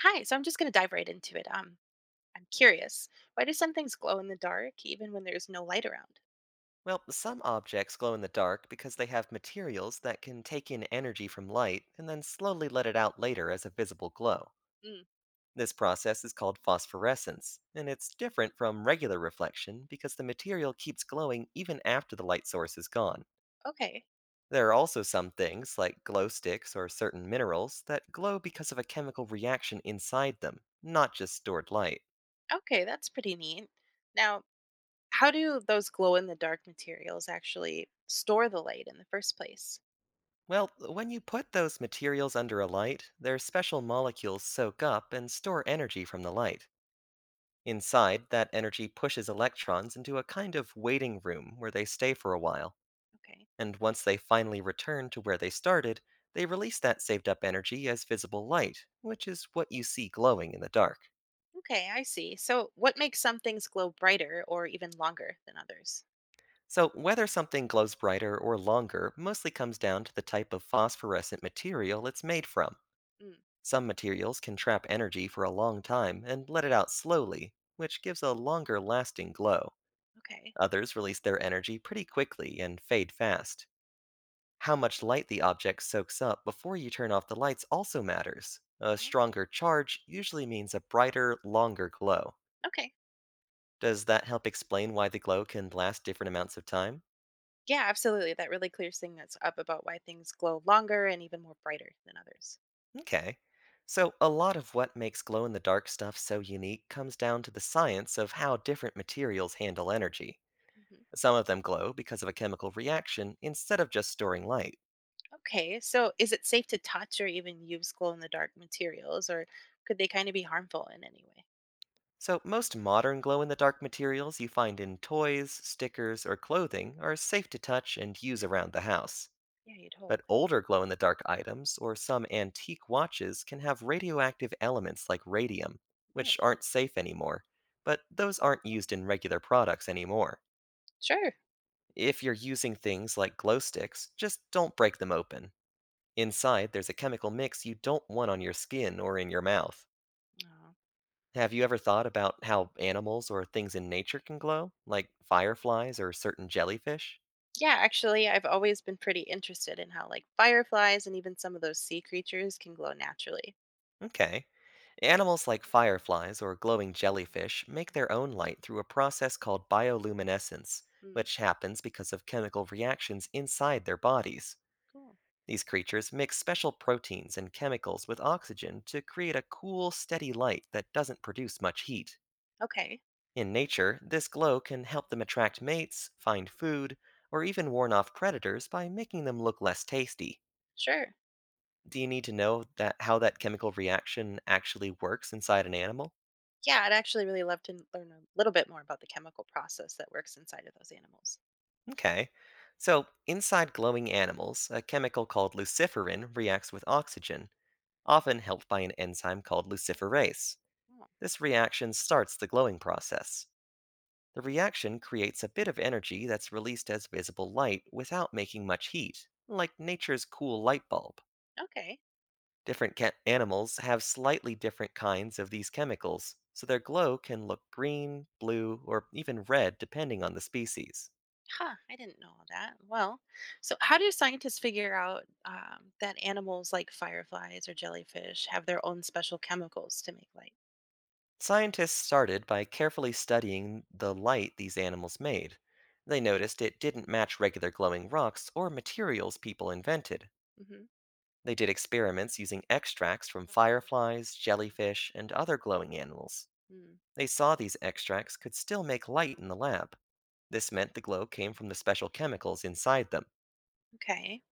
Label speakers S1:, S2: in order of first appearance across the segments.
S1: Hi, so I'm just going to dive right into it. I'm curious, why do some things glow in the dark even when there's no light around?
S2: Well, some objects glow in the dark because they have materials that can take in energy from light and then slowly let it out later as a visible glow.
S1: Mm,
S2: This process is called phosphorescence, and it's different from regular reflection because the material keeps glowing even after the light source is gone.
S1: okay,
S2: There are also some things, like glow sticks or certain minerals, that glow because of a chemical reaction inside them, not just stored light.
S1: okay, that's pretty neat. Now, how do those glow in the dark materials actually store the light in the first place?
S2: Well, when you put those materials under a light, their special molecules soak up and store energy from the light. Inside, that energy pushes electrons into a kind of waiting room where they stay for a while,
S1: Okay,
S2: and once they finally return to where they started, they release that saved up energy as visible light, which is what you see glowing in the dark.
S1: okay, I see. So, what makes some things glow brighter or even longer than others?
S2: So, whether something glows brighter or longer mostly comes down to the type of phosphorescent material it's made from.
S1: Mm,
S2: Some materials can trap energy for a long time and let it out slowly, which gives a longer lasting glow.
S1: okay,
S2: Others release their energy pretty quickly and fade fast. How much light the object soaks up before you turn off the lights also matters. A
S1: well.
S2: stronger charge usually means a brighter, longer glow.
S1: Okay.
S2: Does that help explain why the glow can last different amounts of time?
S1: Yeah, absolutely. That really clears things up about why things glow longer and even more brighter than others.
S2: Okay. So, a lot of what makes glow in the dark stuff so unique comes down to the science of how different materials handle energy.
S1: Hmm.
S2: Some of them glow because of a chemical reaction instead of just storing light.
S1: Okay. So, is it safe to touch or even use glow in the dark materials, or could they kind of be harmful in any way?
S2: So, most modern glow in the dark materials you find in toys, stickers, or clothing are safe to touch and use around the house.
S1: Yeah, you'd hope.
S2: But older glow in the dark items or some antique watches can have radioactive elements like radium,
S1: Oh,
S2: which aren't safe anymore. But those aren't used in regular products anymore.
S1: sure.
S2: If you're using things like glow sticks, just don't break them open. Inside, there's a chemical mix you don't want on your skin or in your mouth.
S1: Aw.
S2: Have you ever thought about how animals or things in nature can glow, like fireflies or certain jellyfish?
S1: Yeah, actually, I've always been pretty interested in how, like, fireflies and even some of those sea creatures can glow naturally.
S2: Okay. Animals like fireflies or glowing jellyfish make their own light through a process called bioluminescence,
S1: Mm,
S2: which happens because of chemical reactions inside their bodies.
S1: cool.
S2: These creatures mix special proteins and chemicals with oxygen to create a cool, steady light that doesn't produce much heat.
S1: Okay.
S2: In nature, this glow can help them attract mates, find food, or even warn off predators by making them look less tasty.
S1: Sure.
S2: Do you need to know that how that chemical reaction actually works inside an animal?
S1: Yeah, I'd actually really love to learn a little bit more about the chemical process that works inside of those animals.
S2: Okay. So, inside glowing animals, a chemical called luciferin reacts with oxygen, often helped by an enzyme called luciferase.
S1: Oh,
S2: This reaction starts the glowing process. The reaction creates a bit of energy that's released as visible light without making much heat, like nature's cool light bulb.
S1: okay.
S2: Animals have slightly different kinds of these chemicals, so their glow can look green, blue, or even red depending on the species.
S1: Huh, I didn't know all that. Well, so how do scientists figure out that animals like fireflies or jellyfish have their own special chemicals to make light?
S2: Scientists started by carefully studying the light these animals made. They noticed it didn't match regular glowing rocks or materials people invented.
S1: Hmm.
S2: They did experiments using extracts from fireflies, jellyfish, and other glowing animals. They saw these extracts could still make light in the lab. This meant the glow came from the special chemicals inside them.
S1: Okay.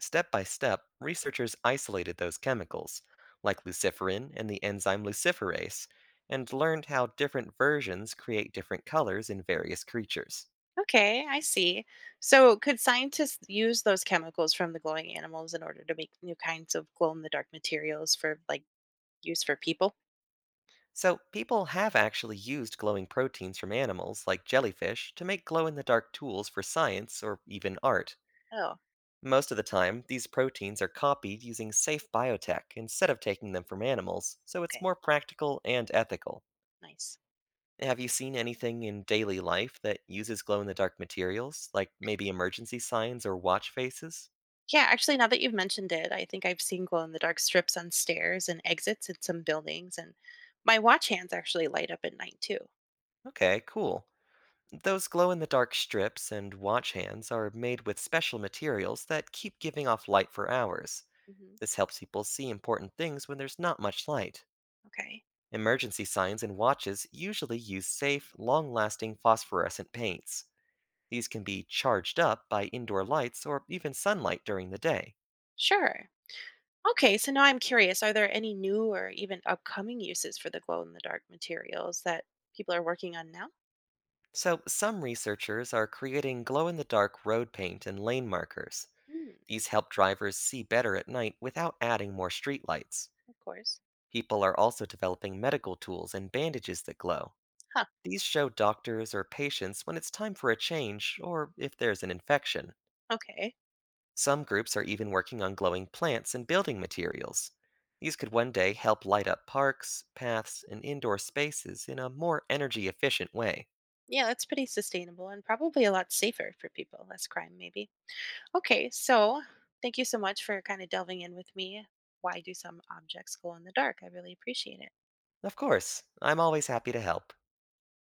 S2: Step by step, researchers isolated those chemicals, like luciferin and the enzyme luciferase, and learned how different versions create different colors in various creatures.
S1: Okay, I see. So, could scientists use those chemicals from the glowing animals in order to make new kinds of glow-in-the-dark materials for, like, use for people?
S2: So, people have actually used glowing proteins from animals, like jellyfish, to make glow in the dark tools for science or even art.
S1: Oh,
S2: Most of the time, these proteins are copied using safe biotech instead of taking them from animals, so it's
S1: okay.
S2: more practical and ethical.
S1: Nice.
S2: Have you seen anything in daily life that uses glow in the dark materials, like maybe emergency signs or watch faces?
S1: Yeah, actually, now that you've mentioned it, I think I've seen glow-in-the-dark strips on stairs and exits in some buildings, and my watch hands actually light up at night too.
S2: Okay, cool. Those glow in the dark strips and watch hands are made with special materials that keep giving off light for hours.
S1: Hmm.
S2: This helps people see important things when there's not much light.
S1: Okay,
S2: Emergency signs and watches usually use safe, long lasting phosphorescent paints. These can be charged up by indoor lights or even sunlight during the day.
S1: sure. Okay, so now I'm curious, are there any new or even upcoming uses for the glow in the dark materials that people are working on now?
S2: So, some researchers are creating glow in the dark road paint and lane markers.
S1: Hmm,
S2: These help drivers see better at night without adding more streetlights.
S1: of course.
S2: People are also developing medical tools and bandages that glow.
S1: Huh,
S2: These show doctors or patients when it's time for a change or if there's an infection.
S1: okay.
S2: Some groups are even working on glowing plants and building materials. These could one day help light up parks, paths, and indoor spaces in a more energy efficient way.
S1: Yeah, that's pretty sustainable and probably a lot safer for people, less crime maybe. Okay, so thank you so much for kind of delving in with me. Why do some objects glow in the dark? I really appreciate it.
S2: Of course, I'm always happy to help.